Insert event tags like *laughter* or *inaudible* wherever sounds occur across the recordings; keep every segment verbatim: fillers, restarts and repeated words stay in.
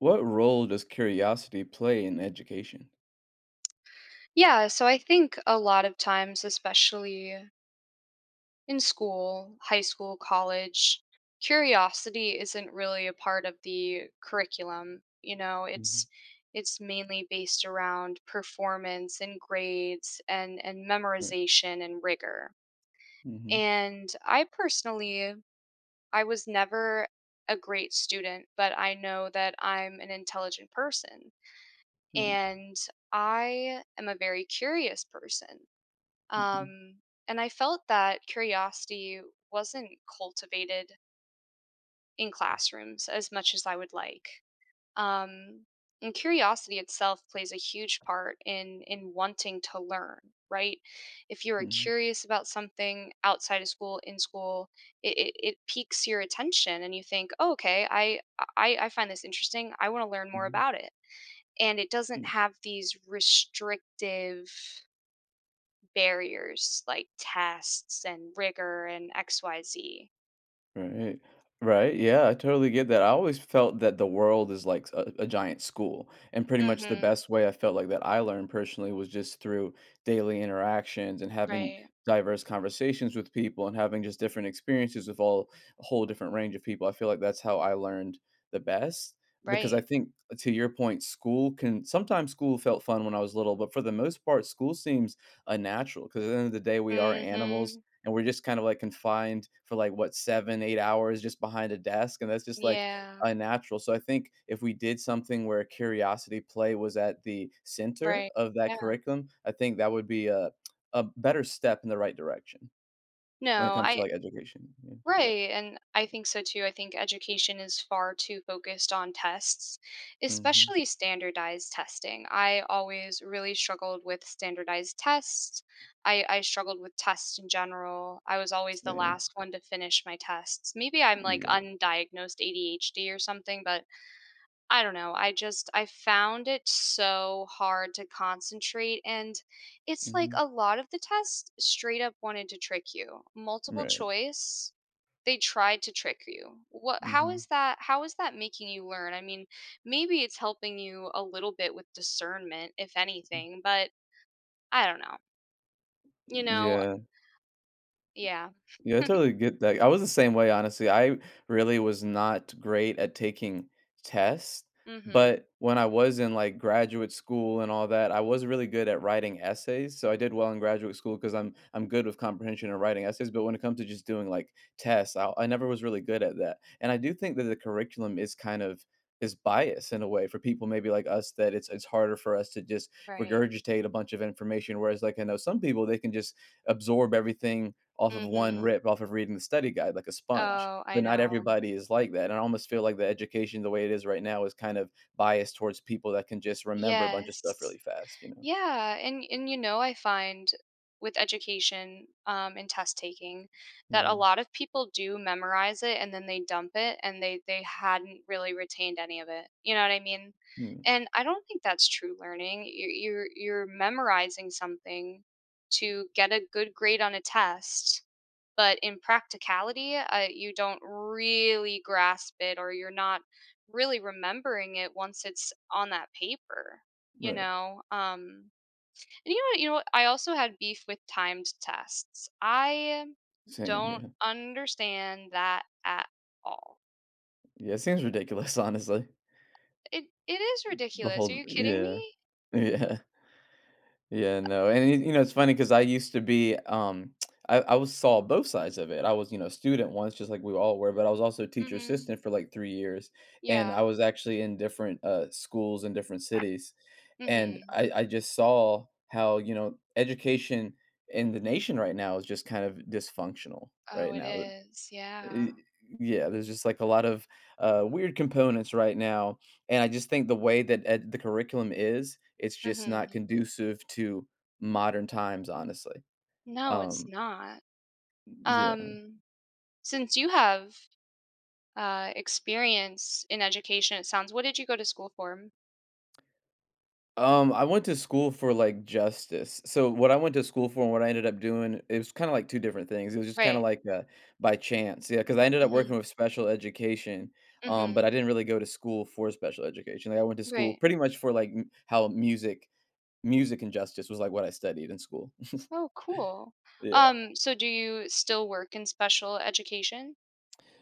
What role does curiosity play in education? Yeah, so I think a lot of times, especially in school, high school, college, curiosity isn't really a part of the curriculum. You know, it's Mhm. it's mainly based around performance and grades and and Right. memorization and rigor. Mhm. And I personally, I was never a great student, but I know that I'm an intelligent person Right. and I am a very curious person. Mhm. Um, and I felt that curiosity wasn't cultivated in classrooms as much as I would like. Um, and curiosity itself plays a huge part in in wanting to learn, right? If you are Mhm. curious about something outside of school, in school, it, it, it piques your attention, and you think, oh, "Okay, I I, I find this interesting. I want to learn more Mhm. about it." And it doesn't Mhm. have these restrictive barriers like tests and rigor and X Y Z. Right. Right. Yeah, I totally get that. I always felt that the world is like a, a giant school. And pretty much the Mhm. best way I felt like that I learned personally was just through daily interactions and having Right. diverse conversations with people and having just different experiences with all a whole different range of people. I feel like that's how I learned the best because I Right. think to your point, school can sometimes school felt fun when I was little, but for the most part, school seems unnatural because at the end of the day, we are animals, Mhm. and we're just kind of like confined for like what seven eight hours just behind a desk, and that's just like Yeah. unnatural. So I think if we did something where curiosity play was at the center Right. of that Yeah. curriculum, I think that would be a, a better step in the right direction when it No, comes to I like education, yeah. Right, and I think so too. I think education is far too focused on tests, Hmm. especially standardized testing. I always really struggled with standardized tests. I, I struggled with tests in general. I was always the Same, last one to finish my tests. Maybe I'm like yeah. undiagnosed A D H D or something, but I don't know. I just I found it so hard to concentrate, and it's like Hmm. a lot of the tests straight up wanted to trick you. Multiple Right. choice, they tried to trick you. What how Hmm. is that how is that making you learn? I mean, maybe it's helping you a little bit with discernment if anything, but I don't know. You know, Yeah. yeah. Yeah, I *laughs* totally get that. I was the same way, honestly. I really was not great at taking tests, Mhm. but when I was in like graduate school and all that, I was really good at writing essays. So I did well in graduate school because I'm I'm good with comprehension and writing essays. But when it comes to just doing like tests, I, I never was really good at that. And I do think that the curriculum is kind of is biased in a way for people maybe like us, that it's it's harder for us to just Right. regurgitate a bunch of information. Whereas like I know some people, they can just absorb everything off of one Mhm. rip, off of reading the study guide like a sponge, Oh, I but not know. everybody is like that, and I almost feel like the education, the way it is right now, is kind of biased towards people that can just remember a bunch of stuff Yes. really fast, you know? Yeah, and and you know, I find with education um, and test taking that a Mhm. lot of people do memorize it and then they dump it and they they hadn't really retained any of it. You know what I mean? Mm, And I don't think that's true learning. You're you're, you're memorizing something to get a good grade on a test, but in practicality, uh, you don't really grasp it or you're not really remembering it once it's on that paper, you right. know um And you know what? you know what? I also had beef with timed tests. I Same, don't yeah. understand that at all. Yeah, it seems ridiculous, *laughs* honestly. It it is The ridiculous. Are whole you kidding yeah. me? *laughs* Yeah. Yeah, no, and it you know, it's funny because I used to be, um, I I was saw both sides of it. I was, you know, student once, just like we all were, but I was also teacher Mm-hmm. assistant for like three years, and I Yeah. was actually in different, uh, schools in different cities, and Mm-hmm. I I just saw how, you know, education in the nation right now is just kind of dysfunctional Oh, right it now. is. Yeah. Y yeah, there's just, like, a lot of, uh, weird components right now, and I just think the way that ed the curriculum is, it's just not Mm-hmm. conducive to modern times, honestly. No, it's Um, not. yeah. Um, since you have uh experience in education, it sounds. What did you go to school for? Um, I went to school for, like, justice. So, what I went to school for and what I ended up doing, it was kinda, like, two different things. It was just kinda, Right. like, uh, by chance. Yeah, because I ended up Mm-hmm. working with special education, um, Mm-hmm. but I didn't really go to school for special education. Like, I went to school Right. pretty much for, like, m how music Music and justice was, like, what I studied in school. *laughs* Oh, cool. Yeah. Um, so do you still work in special education?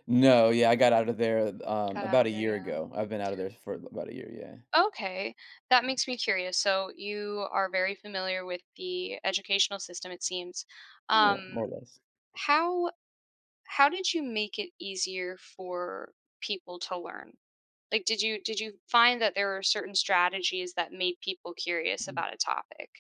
No, yeah, I got out of there, um, Got out about of a there, year yeah. ago. I've been out of there for about a year, yeah. Okay, that makes me curious. So you are very familiar with the educational system, it seems. Yeah, more Um, or less. how how did you make it easier for people to learn? Like, did you did you find that there were certain strategies that made people curious about a topic?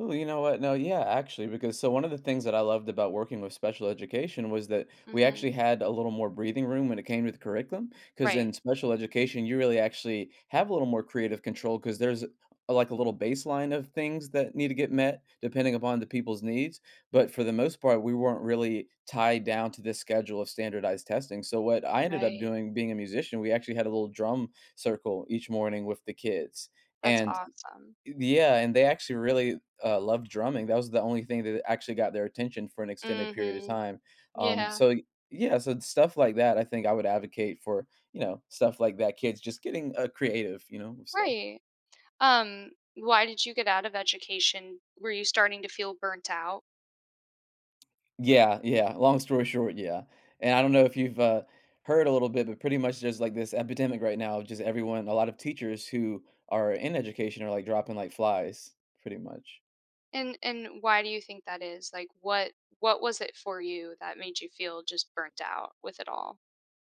Ooh, you know what? No, yeah, actually, because so one of the things that I loved about working with special education was that we actually Mm-hmm. had a little more breathing room when it came to the curriculum. Because Right, in special education, you really actually have a little more creative control because there's a- like a little baseline of things that need to get met depending upon the people's needs. But for the most part, we weren't really tied down to this schedule of standardized testing. So what I ended up right. doing, being a musician, we actually had a little drum circle each morning with the kids. That's And awesome. yeah, and they actually really, uh, loved drumming. That was the only thing that actually got their attention for an extended period of Mm-hmm. time. Um, Yeah, so yeah, so stuff like that, I think I would advocate for, you know, stuff like that, kids just getting, uh, creative, you know, with stuff. right. Um, why did you get out of education? Were you starting to feel burnt out? Yeah, yeah, long story short, yeah. And I don't know if you've, uh, heard a little bit, but pretty much there's, like, this epidemic right now of just everyone a lot of teachers who are in education are, like, dropping like flies, pretty much. And and why do you think that is? Like what what was it for you that made you feel just burnt out with it all?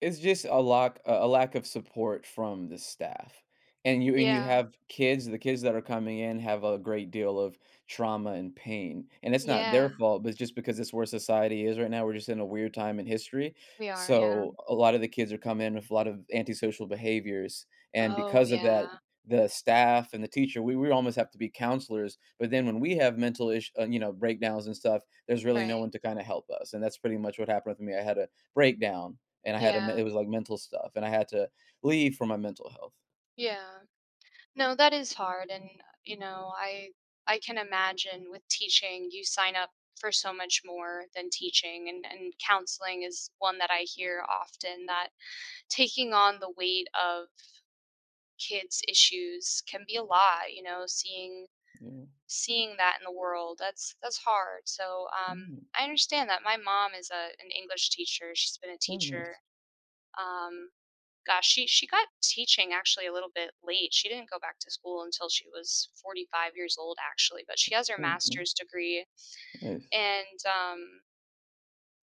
It's just a lack a lack of support from the staff. And you and you Yeah. have kids, the kids that are coming in have a great deal of trauma and pain, and it's not their Yeah, fault, but it's just because it's where society is right now, we're just in a weird time in history, we are, yeah. so a lot of the kids are coming in with a lot of antisocial behaviors, and Oh, because of that, yeah. the staff and the teacher, we we almost have to be counselors, but then when we have mental ish uh, you know, breakdowns and stuff, there's really no Right. one to kinda help us, and that's pretty much what happened with me. I had a breakdown, and I had a Yeah. it was, like, mental stuff, and I had to leave for my mental health. Yeah. No, that is hard, and you know, I I can imagine with teaching you sign up for so much more than teaching, and and counseling is one that I hear often, that taking on the weight of kids' issues can be a lot, you know, seeing Yeah. seeing that in the world. That's that's hard. So, um, Mm, I understand that. My mom is a an English teacher. She's been a very teacher. nice. Um, gosh, she she got teaching actually a little bit late. She didn't go back to school until she was forty-five years old actually, but she has her Okay, master's degree nice. and um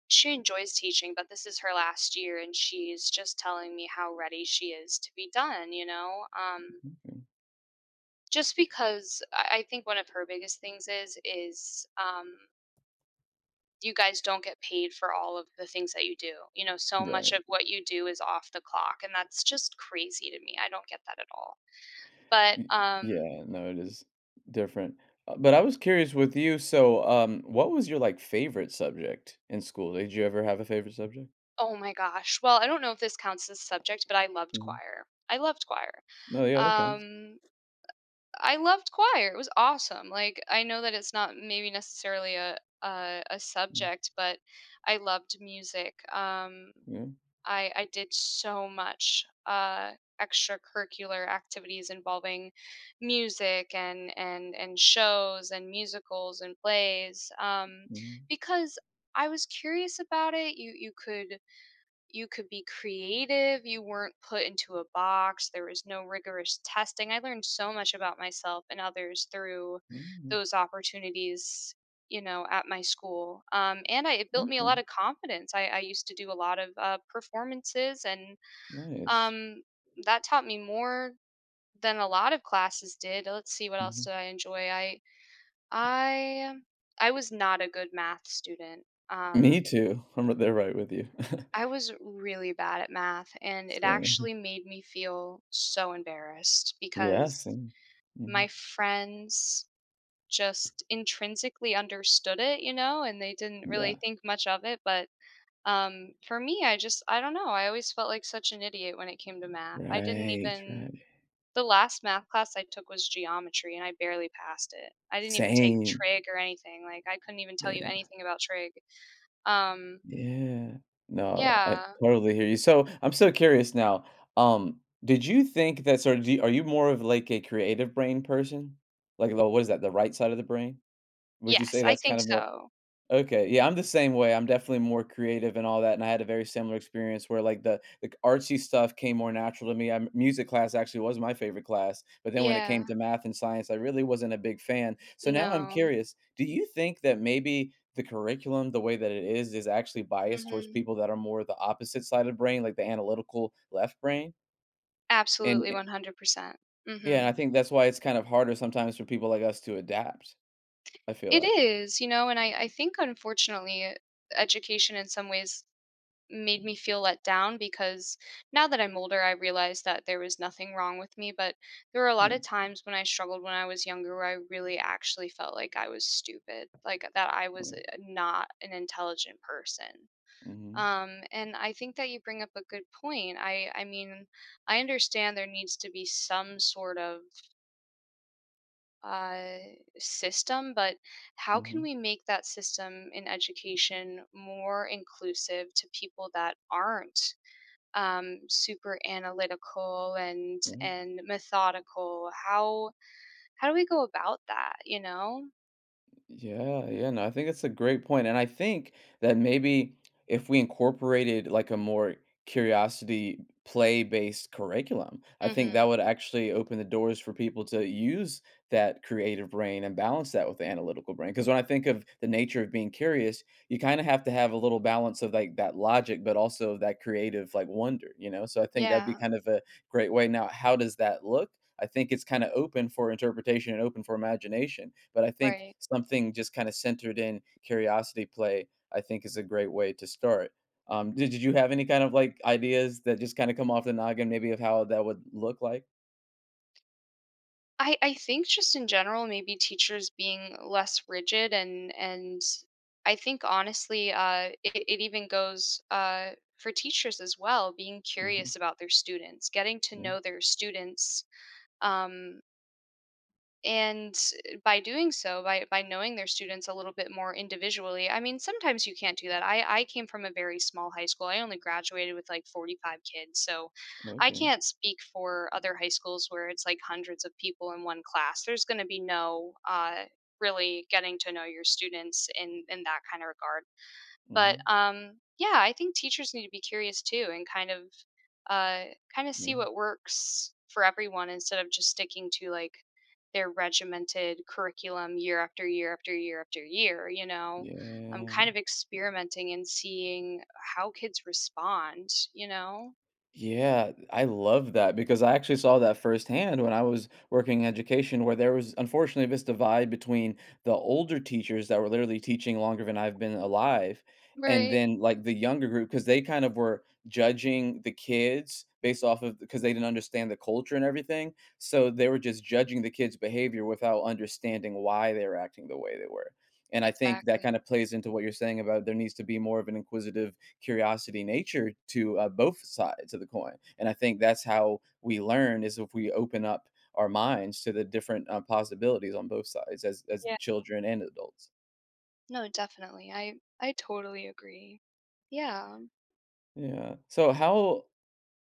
she enjoys teaching, but this is her last year and she's just telling me how ready she is to be done, you know? Um, Okay. just because I I think one of her biggest things is is um, you guys don't get paid for all of the things that you do. You know, so much Right. of what you do is off the clock, and that's just crazy to me. I don't get that at all. But Y um, yeah, no, it is different. Uh, but I was curious with you, so, um, what was your, like, favorite subject in school? Did you ever have a favorite subject? oh my gosh, well, I don't know if this counts as subject, but I loved Mhm. choir. I loved choir. No, yeah, that counts. Um, I loved choir. It was awesome. Like I know that it's not maybe necessarily a a, a Mm, subject, but I loved music. Um, yeah. I I did so much uh, extracurricular activities involving music and and and shows and musicals and plays, um, Mhm. because I was curious about it. You you could you could be creative. You weren't put into a box. There was no rigorous testing. I learned so much about myself and others through Mm, those opportunities, you know, at my school. Um, and I, it built me a okay. lot of confidence. I, I used to do a lot of uh, performances, and Nice. um, that taught me more than a lot of classes did. Let's see what else Mhm. did I enjoy. I I I was not a good math student. Me Um, too. I'm r there right with you. *laughs* I was really bad at math, and it actually Same. made me feel so embarrassed Yeah, because same. my Mhm. friends just intrinsically understood it, you know, and they didn't really Yeah. think much of it. But um, for me, I just, I don't know, I always felt like such an idiot when it came to math. I didn't Right, even, right. The last math class I took was geometry, and I barely passed it. I didn't even take Same. trig or anything. Like, I couldn't even tell you Yeah, anything about trig. Um, yeah. No, I yeah. totally hear you. So, I'm so curious now, um, did you think that sort of do you- are you more of, like, a creative brain person? Like, the what is that, the right side of the brain? Would you Yes, say I that's think kind of more? so. Okay, yeah, I'm the same way. I'm definitely more creative and all that, and I had a very similar experience where like the the artsy stuff came more natural to me. I, music class actually was my favorite class, but then when it Yeah. came to math and science, I really wasn't a big fan. So now I'm No. curious, do you think that maybe the curriculum, the way that it is, is actually biased towards Mhm. people that are more the opposite side of the brain, like the analytical left brain? And Absolutely and- one hundred percent. yeah, and Mhm. I think that's why it's kind of harder sometimes for people like us to adapt. I feel It like, is, you know, and I I think unfortunately education in some ways made me feel let down because now that I'm older I realize that there was nothing wrong with me, but there were a lot yeah, of times when I struggled when I was younger where I really actually felt like I was stupid, like that I was uh, well, not an intelligent person. mm-hmm, Um, and I think that you bring up a good point. I I mean, I understand there needs to be some sort of uh, system, but how can mm-hmm, we make that system in education more inclusive to people that aren't um, super analytical and mm-hmm. and methodical? How how do we go about that? You know? Yeah, yeah, no, I think it's a great point, and I think that maybe if we incorporated like a more curiosity play-based curriculum, I think that Hmm. would actually open the doors for people to use that creative brain and balance that with the analytical brain. Because when I think of the nature of being curious, you kind of have to have a little balance of like that logic, but also that creative like wonder, you know? So I think that'd be Yeah. kind of a great way. Now, how does that look? I think it's kind of open for interpretation and open for imagination. But I think Right. something just kind of centered in curiosity play, I think, is a great way to start. Um, did, did you have any kind of like ideas that just kind of come off the noggin, maybe of how that would look like? I I think just in general, maybe teachers being less rigid and and I think honestly, uh, it, it even goes uh, for teachers as well, being Hmm. curious about their students, getting to Yeah. know their students. Um, and by doing so, by by knowing their students a little bit more individually. I mean sometimes you can't do that. I i came from a very small high school. I only graduated with like forty-five kids, so I Okay. can't speak for other high schools where it's like hundreds of people in one class. There's going to be no uh really getting to know your students in in that kind of regard. But Hmm. um, yeah, I think teachers need to be curious too and kind of uh, kind of Yeah. see what works for everyone instead of just sticking to like their regimented curriculum year after year after year after year. You know, I'm Yeah. kind of experimenting and seeing how kids respond. You know, Yeah, I love that because I actually saw that firsthand when I was working in education, where there was unfortunately this divide between the older teachers that were literally teaching longer than I've been alive, and right. then like the younger group, because they kind of were judging the kids based off of, because they didn't understand the culture and everything. So they were just judging the kids' behavior without understanding why they were acting the way they were. And I think that Exactly. kind of plays into what you're saying about there needs to be more of an inquisitive curiosity nature to, uh, both sides of the coin. And I think that's how we learn, is if we open up our minds to the different uh, possibilities on both sides, as as Yeah. children and adults. No, definitely. I I totally agree. Yeah. Yeah. So how,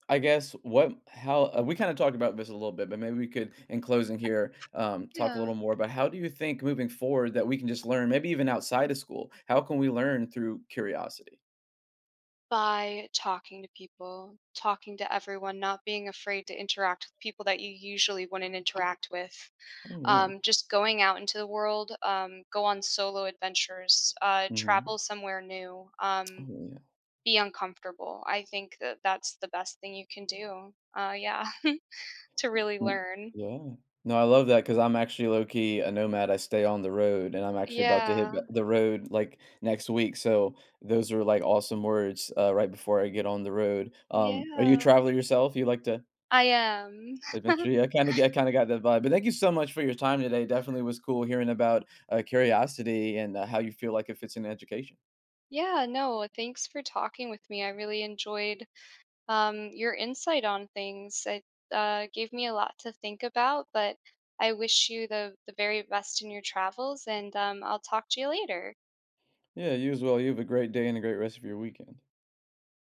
I guess, what how uh, we kind of talked about this a little bit, but maybe we could in closing here, um, talk a Yeah. little more about how do you think moving forward that we can just learn maybe even outside of school? How can we learn through curiosity? By talking to people, talking to everyone, not being afraid to interact with people that you usually wouldn't interact with. Oh yeah. Um, just going out into the world, um, go on solo adventures, uh, travel Hmm. somewhere new, um, Oh yeah. be uncomfortable. I think that that's the best thing you can do. Uh, yeah, *laughs* to really Mm, learn. yeah. No, I love that because 'cause I'm actually low key a nomad, I stay on the road, and I'm actually about to hit Yeah, th the road, like, next week, so those are, like, awesome words, uh, right before I get on the road. Um, are you a yeah, traveler yourself? You like to I am. *laughs* adventure? Yeah, I kinda get I kinda got that vibe, but thank you so much for your time today, definitely was cool hearing about, uh, curiosity and, uh, how you feel like it fits in education. Yeah, no, thanks for talking with me. I really enjoyed um, your insight on things. It uh, gave me a lot to think about, but I wish you the, the very best in your travels, and um, I'll talk to you later. Yeah, you as well, you have a great day and a great rest of your weekend.